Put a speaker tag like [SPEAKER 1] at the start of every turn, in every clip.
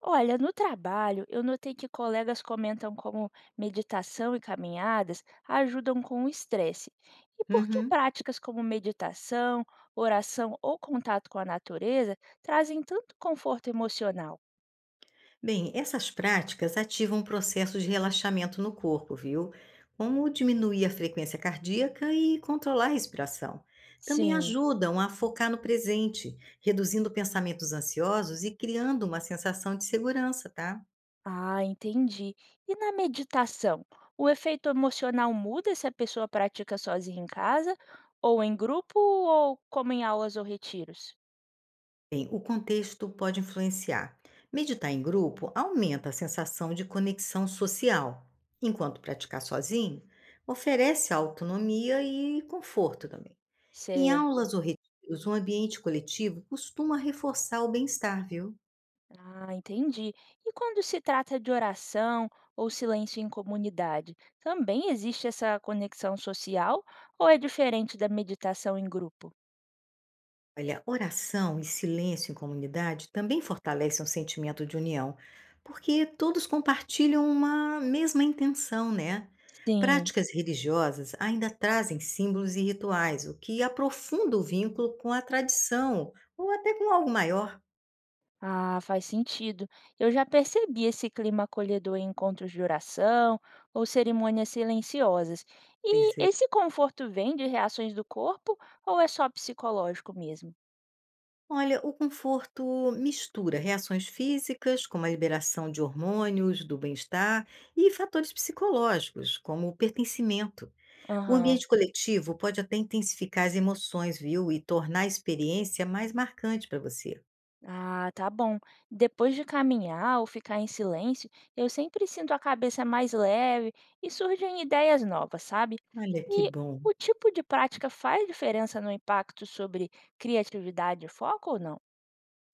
[SPEAKER 1] Olha, no trabalho, eu notei que colegas comentam como meditação e caminhadas ajudam com o estresse. E por que
[SPEAKER 2] Uhum.
[SPEAKER 1] práticas como meditação, oração ou contato com a natureza trazem tanto conforto emocional?
[SPEAKER 2] Bem, essas práticas ativam um processo de relaxamento no corpo, viu? Como diminuir a frequência cardíaca e controlar a respiração. Também
[SPEAKER 1] Sim.
[SPEAKER 2] ajudam a focar no presente, reduzindo pensamentos ansiosos e criando uma sensação de segurança, tá?
[SPEAKER 1] Ah, entendi. E na meditação, o efeito emocional muda se a pessoa pratica sozinha em casa, ou em grupo, ou como em aulas ou retiros?
[SPEAKER 2] Bem, o contexto pode influenciar. Meditar em grupo aumenta a sensação de conexão social, enquanto praticar sozinho oferece autonomia e conforto também. Em
[SPEAKER 1] Certo.
[SPEAKER 2] aulas ou retiros, um ambiente coletivo costuma reforçar o bem-estar, viu?
[SPEAKER 1] Ah, entendi. E quando se trata de oração ou silêncio em comunidade, também existe essa conexão social ou é diferente da meditação em grupo?
[SPEAKER 2] Olha, oração e silêncio em comunidade também fortalecem o sentimento de união, porque todos compartilham uma mesma intenção, né?
[SPEAKER 1] Sim.
[SPEAKER 2] Práticas religiosas ainda trazem símbolos e rituais, o que aprofunda o vínculo com a tradição ou até com algo maior.
[SPEAKER 1] Ah, faz sentido. Eu já percebi esse clima acolhedor em encontros de oração ou cerimônias silenciosas. E
[SPEAKER 2] Pois é.
[SPEAKER 1] esse conforto vem de reações do corpo ou é só psicológico mesmo?
[SPEAKER 2] Olha, o conforto mistura reações físicas, como a liberação de hormônios do bem-estar, e fatores psicológicos, como o pertencimento. O
[SPEAKER 1] Aham.
[SPEAKER 2] ambiente coletivo pode até intensificar as emoções, viu? E tornar a experiência mais marcante para você.
[SPEAKER 1] Ah, tá bom. Depois de caminhar ou ficar em silêncio, eu sempre sinto a cabeça mais leve e surgem ideias novas, sabe?
[SPEAKER 2] Olha que
[SPEAKER 1] E
[SPEAKER 2] bom.
[SPEAKER 1] o tipo de prática faz diferença no impacto sobre criatividade e foco ou não?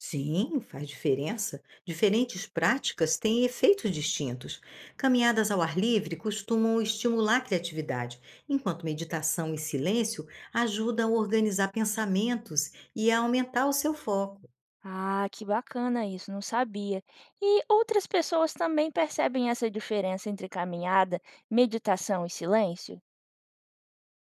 [SPEAKER 2] Sim, faz diferença. Diferentes práticas têm efeitos distintos. Caminhadas ao ar livre costumam estimular a criatividade, enquanto meditação e silêncio ajudam a organizar pensamentos e a aumentar o seu foco.
[SPEAKER 1] Ah, que bacana isso, não sabia. E outras pessoas também percebem essa diferença entre caminhada, meditação e silêncio?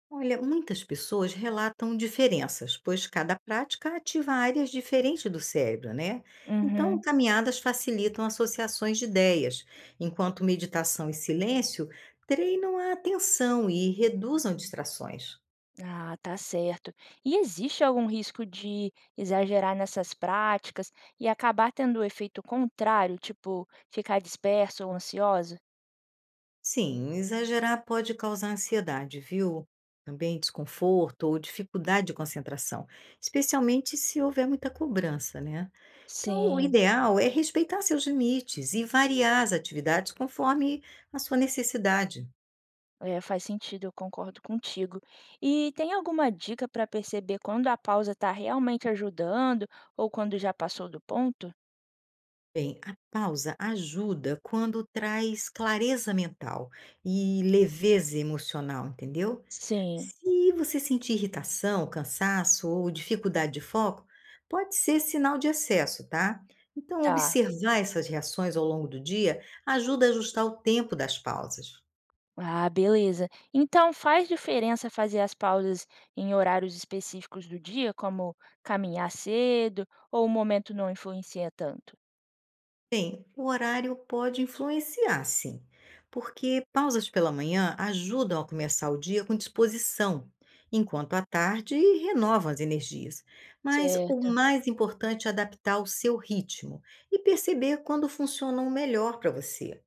[SPEAKER 2] Olha, muitas pessoas relatam diferenças, pois cada prática ativa áreas diferentes do cérebro, né? Então,
[SPEAKER 1] Uhum.
[SPEAKER 2] caminhadas facilitam associações de ideias, enquanto meditação e silêncio treinam a atenção e reduzam distrações.
[SPEAKER 1] Ah, tá certo. E existe algum risco de exagerar nessas práticas e acabar tendo o efeito contrário, tipo ficar disperso ou ansioso?
[SPEAKER 2] Sim, exagerar pode causar ansiedade, viu? Também desconforto ou dificuldade de concentração, especialmente se houver muita cobrança, né? Então, o
[SPEAKER 1] Sim,
[SPEAKER 2] ideal é respeitar seus limites e variar as atividades conforme a sua necessidade.
[SPEAKER 1] é, faz sentido, eu concordo contigo. E tem alguma dica para perceber quando a pausa está realmente ajudando ou quando já passou do ponto?
[SPEAKER 2] Bem, a pausa ajuda quando traz clareza mental e leveza emocional, entendeu?
[SPEAKER 1] Sim,
[SPEAKER 2] Se você sentir irritação, cansaço ou dificuldade de foco, pode ser sinal de excesso, tá? Então,
[SPEAKER 1] tá.
[SPEAKER 2] observar essas reações ao longo do dia ajuda a ajustar o tempo das pausas.
[SPEAKER 1] Ah, beleza. Então faz diferença fazer as pausas em horários específicos do dia, como caminhar cedo, ou o momento não influencia tanto?
[SPEAKER 2] Bem, o horário pode influenciar, sim, porque pausas pela manhã ajudam a começar o dia com disposição, enquanto à tarde renovam as energias. Mas o
[SPEAKER 1] Certo.
[SPEAKER 2] mais importante é adaptar o seu ritmo e perceber quando funcionam melhor para você.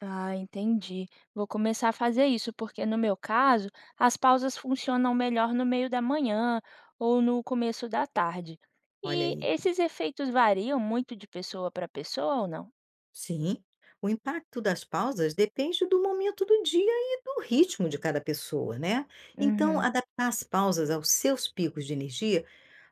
[SPEAKER 1] Ah, entendi. Vou começar a fazer isso, porque no meu caso, as pausas funcionam melhor no meio da manhã ou no começo da tarde.
[SPEAKER 2] Olha
[SPEAKER 1] E
[SPEAKER 2] aí.
[SPEAKER 1] esses efeitos variam muito de pessoa para pessoa ou não?
[SPEAKER 2] Sim, o impacto das pausas depende do momento do dia e do ritmo de cada pessoa, né? Então,
[SPEAKER 1] Uhum.
[SPEAKER 2] adaptar as pausas aos seus picos de energia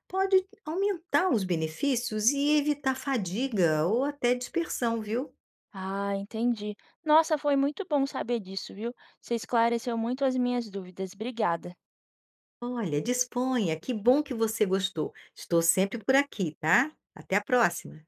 [SPEAKER 2] pode aumentar os benefícios e evitar fadiga ou até dispersão, viu?
[SPEAKER 1] Ah, entendi. Nossa, foi muito bom saber disso, viu? Você esclareceu muito as minhas dúvidas. Obrigada.
[SPEAKER 2] Olha, disponha, que bom que você gostou. Estou sempre por aqui, tá? Até a próxima!